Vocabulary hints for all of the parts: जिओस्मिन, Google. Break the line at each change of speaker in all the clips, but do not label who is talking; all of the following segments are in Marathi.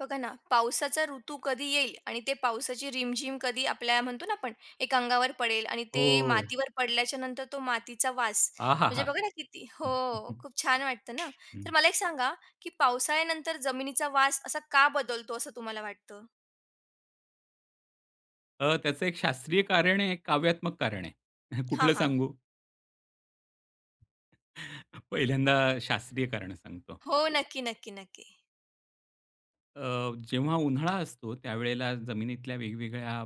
बघा ना, पावसाचा ऋतू कधी येईल आणि ते पावसाची रिमझिम कधी आपल्या म्हणतो ना आपण, एक अंगावर पडेल आणि
हो.
ते मातीवर पडल्याच्या नंतर तो मातीचा वास, म्हणजे
आहाहा!
बघा ना किती हो, खूप छान वाटतं ना. तर मला एक सांगा, की पावसाळ्यानंतर जमिनीचा वास असा का बदलतो असं तुम्हाला वाटतं?
त्याचं एक शास्त्रीय कारण आहे, एक काव्यात्मक कारण आहे.
हां,
कुठलं
हां.
सांगू? पहिल्यांदा शास्त्रीय कारण सांगतो.
हो, नक्की, नक्की, नक्की.
जेव्हा उन्हाळा असतो त्यावेळेला जमिनीतल्या वेगवेगळ्या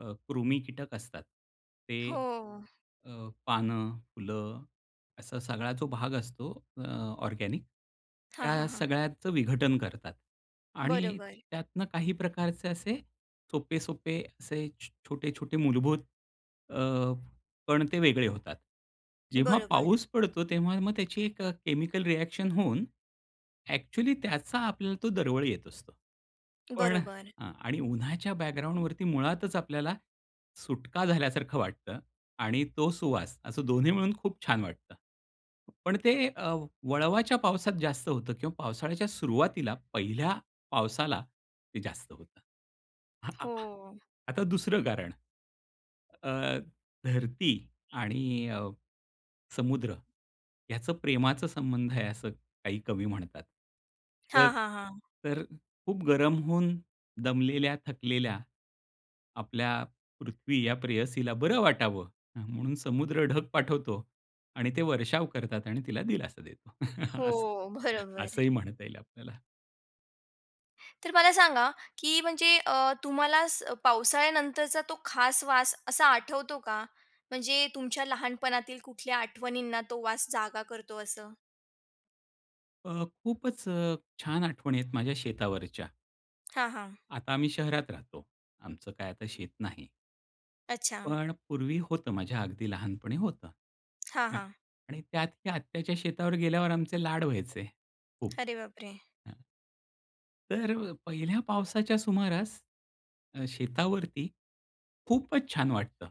कृमी कीटक असतात. ते
हो.
पानं, फुलं असा सगळा जो भाग असतो ऑर्गॅनिक
हां,
त्या
हां, हां.
सगळ्याचं विघटन करतात आणि
बरोबर,
त्यातनं काही प्रकारचे असे सोपे-सोपे असे छोटे-छोटे मूलभूत पण ते वेगळे होतात. जेव्हा
बरोबर,
पाऊस पडतो तेव्हा मग त्याची एक केमिकल रिएक्शन होऊन ॲक्चुअली त्याचा आपल्याला तो दरवळ येत असतो. पण
बरोबर.
हां, आणि उन्हाच्या बॅकग्राऊंडवरती मुळातच आपल्याला सुटका झाल्यासारखं वाटतं आणि तो सुवास असं दोन्ही मिळून खूप छान वाटतं. पण ते वळवाच्या पावसात जास्त होतं किंवा पावसाळ्याच्या सुरुवातीला पहिल्या पावसाला ते जास्त होतं. आ- आ-
हो.
आता दुसरं कारण. धरती आणि समुद्र याचं प्रेमाचा संबंध आहे असं काही कवी म्हणतात. तर
हां, हां, हां.
तर खूप गरम होऊन दमलेल्या, थकलेल्या आपल्या पृथ्वी या प्रेयसीला बरं वाटावं म्हणून समुद्र ढग पाठवतो आणि ते वर्षाव करतात आणि तिला दिलासा देतो.
हो,
असं
बरोबर.
असंही म्हणता येईल आपल्याला.
तर मला सांगा, की म्हणजे तुम्हाला पावसाळ्यानंतरचा तो खास वास असा आठवतो का? म्हणजे तुमच्या लहानपणातील कुठल्या आठवणींना तो वास जागा करतो असं?
खूपच छान आठवणी आहेत माझ्या शेतावरच्या.
हां, हां.
आता आम्ही शहरात राहतो. आमचं काय आता शेत नाही.
अच्छा.
पण पूर्वी होतं, माझ्या अगदी लहानपणी होतं.
हां,
हां.
हां.
आणि त्यात ही आत्याच्या शेतावर गेल्यावर आमचे लाड व्हायचे खूप.
अरे बापरे!
हां. तर पहिल्या पावसाच्या सुमारास शेतावरती खूपच छान वाटतं.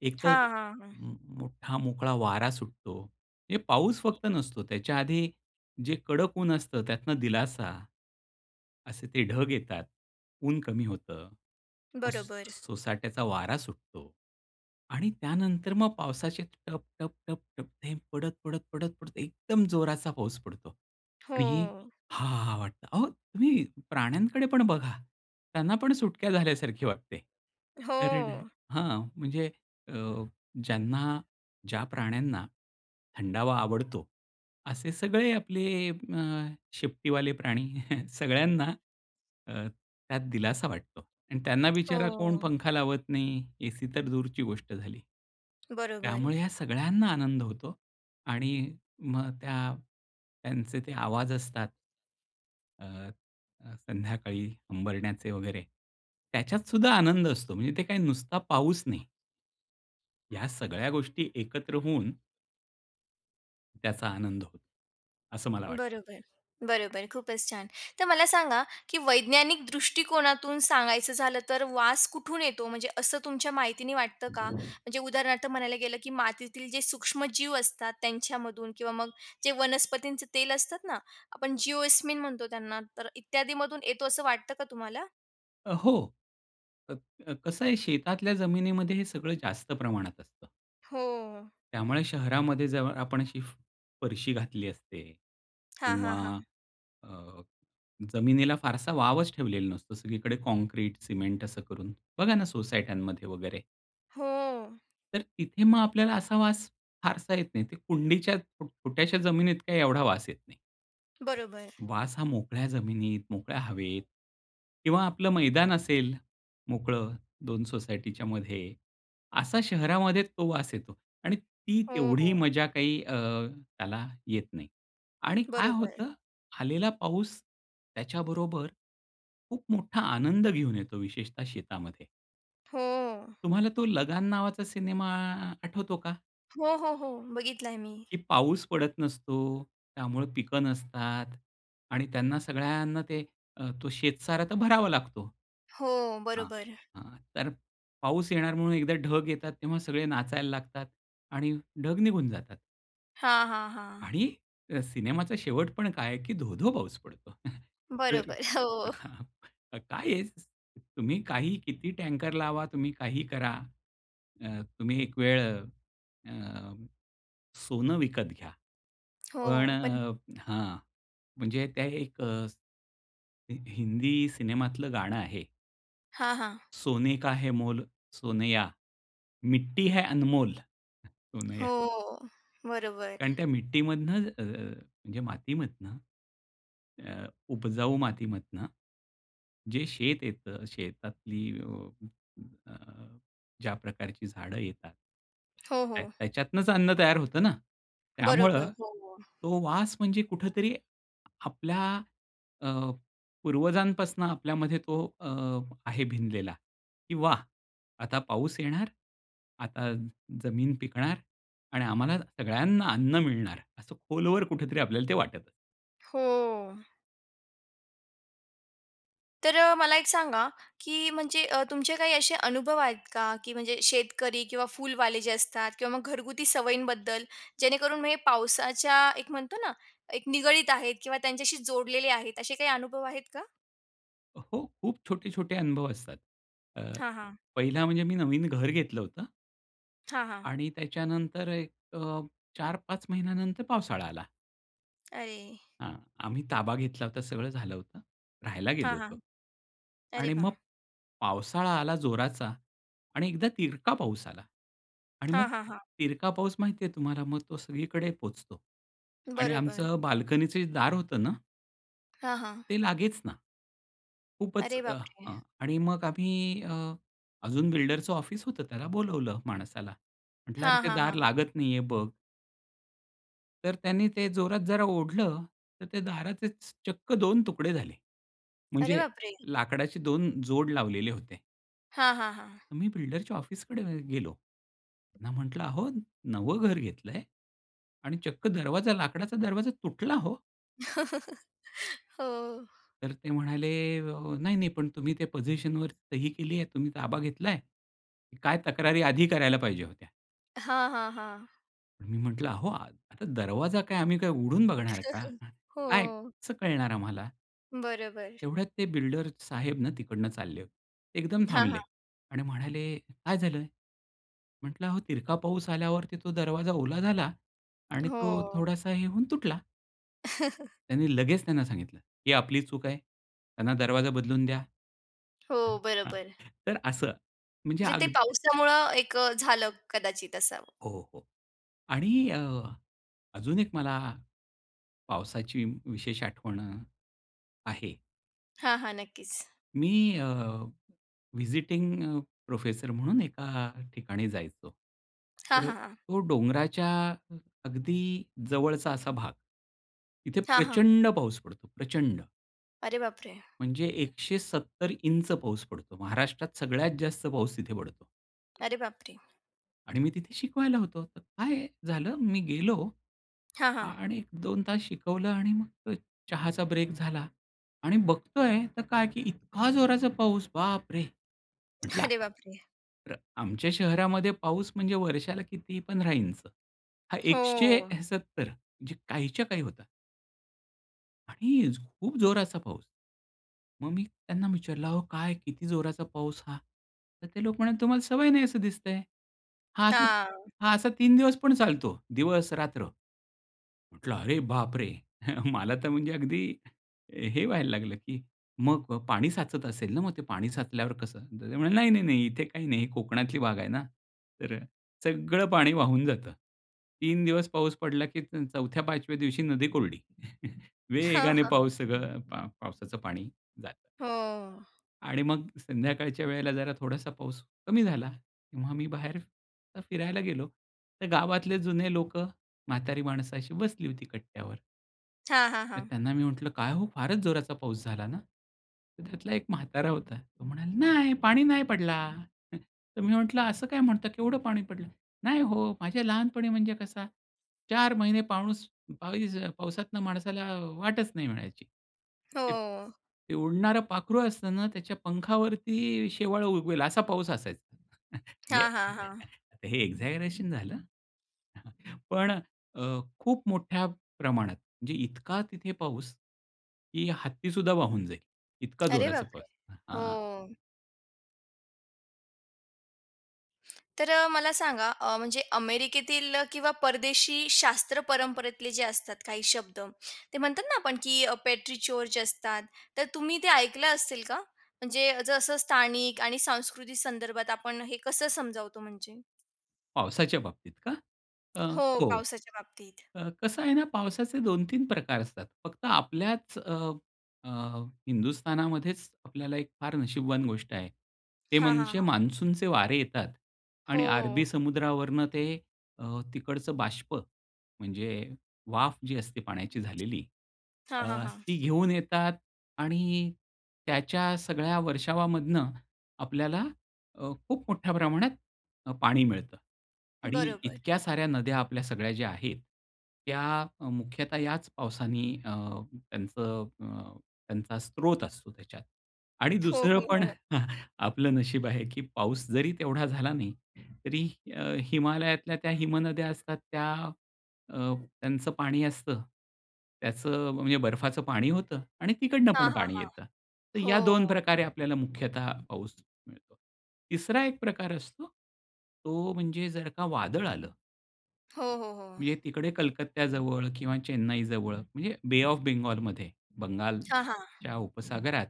एक तर
हां, हां, हां.
म मोठा मोकळा वारा सुटतो. म्हणजे पाऊस फक्त नसतो, त्याच्या आधी जे कडक ऊन असतं त्यातनं दिलासा. असे ते ढग येतात. ऊन कमी होतं. मग
बरोबर.
सोसाट्याचा वारा सुटतो आणि त्यानंतर मग पावसाचे टप, टप, टप, टप थेंब पडत, पडत, पडत, पडत एकदम जोराचा पाऊस पडतो आणि
हो.
ही "हां" वाटतं. अहो, तुम्ही प्राण्यांकडे पण बघा. त्यांना पण सुटक्या झाल्यासारखी वाटते.
हो.
कारण म्हणजे अ, ज्यांना ज्या प्राण्यांना थंडावा आवडतो असे सगळे आपले शेपटीवाले प्राणी सगळ्यांना त्यात दिलासा वाटतो आणि त्यांना बिचारा कोण
हो.
पंखा लावत नाही, एसी तर दूरची गोष्ट झाली.
बरोबर.
त्यामुळे ह्या सगळ्यांना आनंद होतो आणि मग त्यांचे ते आवाज असतात. अ, अ, संध्याकाळी हंबरण्याचे वगैरे, त्याच्यात सुद्धा आनंद असतो. म्हणजे ते काही नुसता पाऊस नाही. ह्या सगळ्या गोष्टी एकत्र होऊन त्याचा आनंद होतो, असं मला वाटतं.
बरोबर. बरोबर. खूपच छान. तर मला सांगा, की वैज्ञानिक दृष्टिकोनातून सांगायचं झालं तर वास कुठून येतो? म्हणजे असं तुमच्या माहितीने वाटतं का? म्हणजे उदाहरणार्थ म्हणायला गेलं, की मातीतील जे सूक्ष्मजीव असतात त्यांच्यामधून किंवा मग जे वनस्पतींचं तेल असतात ना, आपण जिओस्मिन म्हणतो त्यांना, तर इत्यादीमधून येतो असं वाटतं का तुम्हाला?
हो. अ, अ, कसं आहे शेतातल्या जमिनीमध्ये हे सगळं जास्त प्रमाणात असतं.
हो.
त्यामुळे शहरामध्ये जेव्हा आपण अशी फरशी घातली असते
हां,
किंवा
हां, हां.
अ, जमिनीला फारसा वावच ठेवलेला नसतो. सगळीकडे काँक्रीट, सिमेंट असं करून. बघा ना सोसायट्यांमध्ये वगैरे.
हो.
तर तिथे मग आपल्याला असा वास फारसा येत नाही. ते कुंडीच्या छोट्याशा जमिनीत काही एवढा वास येत नाही.
बरोबर.
वास हा मोकळ्या जमिनीत, मोकळ्या हवेत किंवा आपलं मैदान असेल मोकळं 2 सोसायटीच्या मध्ये, असा शहरामध्ये तो वास येतो आणि ती
हो.
तेवढी मजा काही त्याला येत नाही. आणि काय
बरोबर.
होतं, आलेला पाऊस त्याच्याबरोबर खूप मोठा आनंद घेऊन येतो विशेषतः शेतामध्ये.
हो.
तुम्हाला तो लगान नावाचा सिनेमा आठवतो का?
हो, हो, हो. बघितलाय मी.
की पाऊस पडत नसतो, त्यामुळं पिकं नसतात आणि त्यांना सगळ्यांना ते तो शेतसारा तर भरावा लागतो.
हो.
हां,
बरोबर.
हां. तर पाऊस येणार म्हणून एकदा ढग येतात, तेव्हा सगळे नाचायला लागतात आणि ढग निघून जातात.
हां, हां, हां.
आणि सिनेमाचा शेवट पण काय आहे, की धो-धो पाऊस पडतो. तर अरे!
बरोबर. हो,
हां, हां. काय आहे, तुम्ही काही किती टँकर लावा, तुम्ही काही करा. तुम्ही एक वेळ अ, सोनं विकत घ्या. पण
हो. पण
हां, म्हणजे त्या एक हिंदी सिनेमातलं गाणं आहे.
हां, हां.
सोने का है मोल सोनया, मिट्टी है अनमोल सोनया.
हो. बरोबर.
कारण त्या मिट्टीमधनं म्हणजे मातीमधनं अ, उपजाऊ मातीमधनं जे शेत येतं, शेतातली अ, अ, ज्या प्रकारची झाडं येतात,
हो, हो.
त्याच्यातनंच अन्न तयार होतं ना. त्यामुळं
बरोबर. हो.
तो वास म्हणजे कुठेतरी आपल्या अ, पूर्वजांपासनं आपल्यामध्ये तो आहे भिनलेला, की वाह! आता पाऊस येणार, आता जमीन पिकणार. आणि आम्हाला सगळ्यांना अन्न मिळणार, असं खोलवर कुठेतरी आपल्याला ते वाटत असतं.
हो. तर मला एक सांगा, की म्हणजे तुमचे काही असे अनुभव आहेत का, की म्हणजे शेतकरी किंवा फुलवाले जे असतात किंवा मग घरगुती सवयींबद्दल, जेणेकरून म्हणजे पावसाच्या एक म्हणतो ना, एक निगडीत आहेत किंवा त्यांच्याशी जोडलेले आहेत, असे काही अनुभव आहेत का?
हो, खूप छोटे-छोटे अनुभव असतात. अ,
हां, हां.
पहिला म्हणजे मी नवीन घर घेतलं होतं.
हां, हां.
आणि त्याच्यानंतर एक 4-5 महिन्यानंतर पावसाळा आला.
अरे!
हां, आम्ही ताबा घेतला होता, सगळं झालं होतं. राहायला गेलो
हां, हां.
होतो.
अरे
आणि
वाह!
मग पावसाळा आला जोराचा आणि एकदा तिरका पाऊस आला. आणि मग
हां, हां, हां.
तिरका पाऊस माहिती आहे तुम्हाला, मग तो सगळीकडे पोचतो. आणि
बरोबर.
आमचं बाल्कनीचं जे दार होतं ना
हां, हां.
ते लागेच ना. खूपच
अरे बापरे!
हां. आणि मग आम्ही अजून बिल्डरचं ऑफिस होतं, त्याला बोलवलं माणसाला. म्हटलं, "अरे,
हां,
ते
हां,
दार
हां.
लागत नाहीये बघ." तर त्याने ते जोरात जरा ओढलं, तर ते दाराचेच चक्क दोन तुकडे झाले.
अरे
म्हणजे
बापरे!
लाकडाचे दोन जोड लावलेले होते.
हां, हां, हां.
तर मी बिल्डरच्या ऑफिसकडे गेलो. त्यांना म्हटलं, "अहो, नवं घर घेतलंय आणि चक्क दरवाजा लाकडाचा दरवाजा तुटला हो."
हो.
तर ते म्हणाले, नाही, नाही, पण तुम्ही ते पोझिशनवर सही केली आहे, तुम्ही ताबा घेतलाय. काय तक्रारी आधी करायला पाहिजे होत्या."
हां, हां, हां.
पण मी म्हटलं, "अहो, आता दरवाजा काय आम्ही काय उघडून बघणार का?
हो,
काय कसं कळणार आम्हाला?"
बरोबर.
तेवढ्यात ते बिल्डर साहेब ना तिकडनं चालले होते. ते एकदम
हां,
थांबले
हां.
आणि म्हणाले, "काय झालं?" म्हटलं, "अहो तिरका पाऊस आल्यावरती तो दरवाजा ओला झाला आणि
हो,
तो थोडासा हे होऊन तुटला." त्यांनी लगेच त्यांना सांगितलं, "ही आपली चूक आहे. त्यांना दरवाजा बदलून द्या."
हो,
हां,
बरोबर.
तर असं म्हणजे
म्हणजे ते
अगदी
पावसामुळं एक झालं कदाचित असावं.
हो, हो. आणि अजून एक मला पावसाची विशेष आठवण आहे.
हां, हां, नक्कीच.
मी अ, व्हिजिटिंग प्रोफेसर म्हणून एका ठिकाणी जायचो.
हां,
तर
हां, हां.
तो डोंगराच्या अगदी जवळचा असा भाग. तिथे
हां, हां.
प्रचंड पाऊस पडतो, प्रचंड.
अरे बापरे!
म्हणजे 170 इंच पाऊस पडतो. महाराष्ट्रात सगळ्यात जास्त पाऊस तिथे पडतो
अरे बापरे!
आणि मी तिथे शिकवायला होतो. तर काय झालं, मी गेलो
हां, हां.
आणि 1-2 तास शिकवलं आणि मग चहाचा ब्रेक झाला आणि बघतोय तर काय, की इतका जोराचा पाऊस, बापरे! म्हटलं
अरे बापरे!
तर आमच्या शहरामध्ये पाऊस म्हणजे वर्षाला किती पण राहीनचं. हा
हो.
170 म्हणजे काहीच्या काही होता आणि खूप जोराचा पाऊस. मग मी त्यांना विचारलं, "अहो काय किती जोराचा पाऊस हा?" तर ते लोक म्हणाले, "तुम्हाला सवय नाही असं दिसतंय. हा असा
हां.
हा असा 3 दिवस पण चालतो, दिवस-रात्र." म्हटलं, "अरे बापरे!" मला तर म्हणजे अगदी हे व्हायला लागलं, की "मग पाणी साचत असेल ना, मग ते पाणी साचल्यावर कसं?" तर ते म्हणाले, "नाही, नाही, नाही, इथे काही नाही. ही कोकणातली बाग आहे ना, तर सगळं पाणी वाहून जातं." 3 दिवस पाऊस पडला, की चौथ्या 5व्या दिवशी नदी कोरडी.
हां,
वेगाने
हां.
पाऊस सगळं पावसाचं पाणी जातं.
हो.
आणि मग संध्याकाळच्या वेळेला जरा थोडासा पाऊस कमी झाला, तेव्हा मी बाहेर असं फिरायला गेलो. तर गावातले जुने लोक म्हातारी माणसं अशी बसली होती कट्ट्यावर.
हां, हां,
तर
हां.
त्यांना मी म्हटलं, "काय हो फारच जोराचा पाऊस झाला ना?" तर त्यातला एक म्हातारा होता. तो म्हणाला, "नाही, पाणी नाही पडला." तर मी म्हटलं, "असं काय म्हणता? केवढं पाणी पडलं?" नाही हो, माझ्या लहानपणी म्हणजे कसा 4 महिने पाऊस पावसातनं माणसाला वाटच नाही मिळायची. ते
हो.
ते उडणारं पाखरू असतं ना, त्याच्या पंखावरती शेवाळं उगवेल असा पाऊस असायचा. म्हणजे
हां, हां, हां.
आता हे एक्झॅजरेशन झालं. पण खूप मोठ्या प्रमाणात म्हणजे इतका तिथे पाऊस, की हत्तीसुद्धा वाहून जाईल. इतका
अरे
जोराचा पाऊस.
बापरे! हो.
हां.
तर मला सांगा म्हणजे अमेरिकेतील किंवा परदेशी शास्त्र परंपरेतले जे असतात काही शब्द ते म्हणतात ना आपण की पेट्री चोर जे असतात तर तुम्ही ते ऐकलं असतील का? म्हणजे जसं स्थानिक आणि सांस्कृतिक संदर्भात आपण हे कसं समजावतो म्हणजे?
पावसाच्या बाबतीत का? अ,
हो,
हो.
पावसाच्या बाबतीत.
कसं आहे ना, पावसाचे 2 तीन प्रकार असतात. फक्त आपल्याच अ, अ, हिंदुस्थानामध्येच आपल्याला एक फार नशीबवान गोष्ट आहे. ते
हां, हां,
म्हणजे
हां.
मान्सूनचे वारे येतात आणि
हो.
अरबी समुद्रावरनं ते तिकडचं बाष्प म्हणजे वाफ जी असते पाण्याची झालेली
हां, हां, हां.
ती घेऊन येतात आणि त्याच्या सगळ्या वर्षावामधनं आपल्याला खूप मोठ्या प्रमाणात पाणी मिळतं आणि
बरोबर.
इतक्या साऱ्या नद्या आपल्या सगळ्या ज्या आहेत, त्या मुख्यतः याच पावसाने त्यांचं अ, त्यांचा स्रोत असतो त्याच्यात. आणि
हो,
दुसरं
हो,
पण
हो.
आपलं नशीब आहे, की पाऊस जरी तेवढा झाला नाही, तरी अ, हिमालयातल्या त्या हिमनद्या असतात त्या अ, त्यांचं पाणी असतं. त्याचं म्हणजे बर्फाचं पाणी होतं आणि तिकडनं
हां,
पण
हां,
पाणी
हां.
येतं. तर
हो.
या 2 प्रकारे आपल्याला मुख्यतः पाऊस मिळतो. तिसरा एक प्रकार असतो, तो म्हणजे जर का वादळ आलं,
हो, हो, हो.
म्हणजे तिकडे कलकत्त्याजवळ किंवा चेन्नईजवळ म्हणजे बे ऑफ बेंगॉलमध्ये,
हां, हां.
बंगालच्या उपसागरात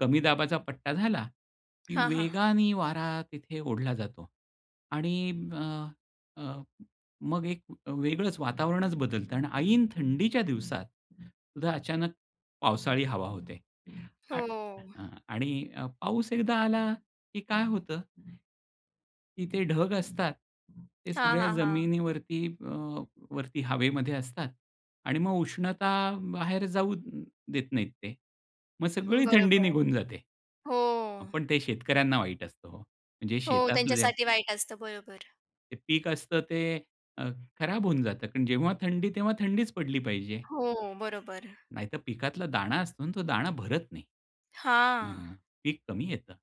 कमी दाबाचा पट्टा झाला, की
हां, हां.
वेगाने वारा तिथे ओढला जातो आणि अ, अ, मग एक वेगळंच वातावरणच बदलतं आणि ऐन थंडीच्या दिवसात सुद्धा अचानक पावसाळी हवा होते. आ
हो.
आणि पाऊस एकदा आला की काय होतं की ते ढग असतात, ते
हां,
सगळ्या
हां, हां.
जमिनीवरती वरती हवेमध्ये असतात आणि मग उष्णता बाहेर जाऊ देत नाहीत ते. मग सगळी थंडी
बरोबर.
निघून जाते.
हो.
पण ते शेतकऱ्यांना वाईट असतं हो. म्हणजे
हो,
शेतातलं जे
त्यांच्यासाठी वाईट असतं. बरोबर.
ते पीक असतं ते अ, खराब होऊन जातं कारण जेव्हा थंडी तेव्हा थंडीच पडली पाहिजे.
हो, बरोबर.
नाहीतर पिकातला दाणा असतो ना, तो दाणा भरत नाही.
हां.
हां, पीक कमी येतं.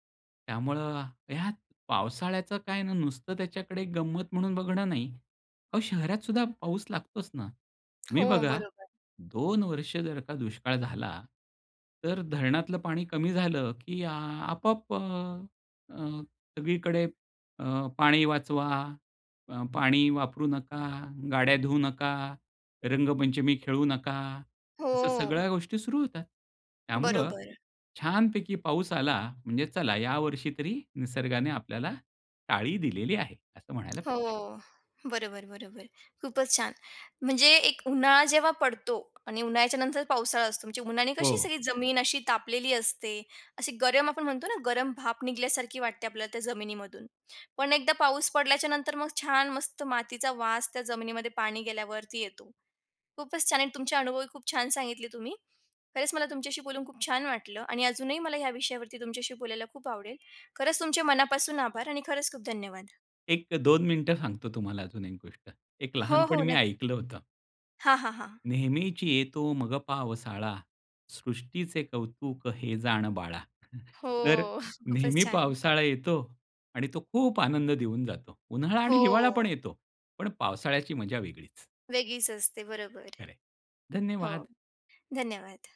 त्यामुळं ह्यात पावसाळ्याचं काय ना, नुसतं त्याच्याकडे गंमत म्हणून बघणं नाही. अहो, शहरात सुद्धा पाऊस लागतोच ना.
हो,
तुम्ही बघा
बरोबर.
2 वर्ष जर का दुष्काळ झाला, तर धरणातलं पाणी कमी झालं, की आपोआप अ, अ, सगळीकडे अ, पाणी वाचवा, पाणी वापरू नका, गाड्या धुवू नका, रंगपंचमी खेळू नका,
हो,
असं सगळ्या गोष्टी सुरू होतात. त्यामुळं
बरोबर.
छानपैकी पाऊस आला म्हणजे चला यावर्षी तरी निसर्गाने आपल्याला टाळी दिलेली आहे, असं म्हणायला पाहिजे.
हो, बरोबर, बरोबर. खूपच छान. म्हणजे एक उन्हाळा जेव्हा पडतो आणि उन्हाळ्याच्या नंतर पावसाळा असतो. म्हणजे उन्हाने कशी
हो.
सगळी जमीन अशी तापलेली असते. अशी गरम आपण म्हणतो ना, गरम भाप निघल्यासारखी वाटते आपल्याला त्या जमिनीमधून. पण एकदा पाऊस पडल्याच्या नंतर मग छान मस्त मातीचा वास त्या जमिनीमध्ये पाणी गेल्यावरती येतो. खूपच छान आणि तुमचे अनुभव खूप छान सांगितले तुम्ही. खरंच मला तुमच्याशी बोलून खूप छान वाटलं आणि अजूनही मला ह्या विषयावरती तुमच्याशी बोलायला खूप आवडेल. खरंच तुमचे मनापासून आभार आणि खरंच खूप धन्यवाद.
एक 2 मिनिटं सांगतो तुम्हाला अजून एक गोष्ट. एक
हो,
लहानपणी
हो.
मी
नक्की.
ऐकलं होतं.
हां, हां, हां.
नेहमीची येतो मग पावसाळा, सृष्टीचे कौतुक हे जाण बाळा.
हो.
तर
खूपच
नेहमी
छान.
पावसाळा येतो आणि तो खूप आनंद देऊन जातो. उन्हाळा आणि
हो.
हिवाळा पण येतो, पण पावसाळ्याची मजा वेगळीच.
वेगळीच असते. बरोबर.
खरं
हो.
धन्यवाद.
धन्यवाद.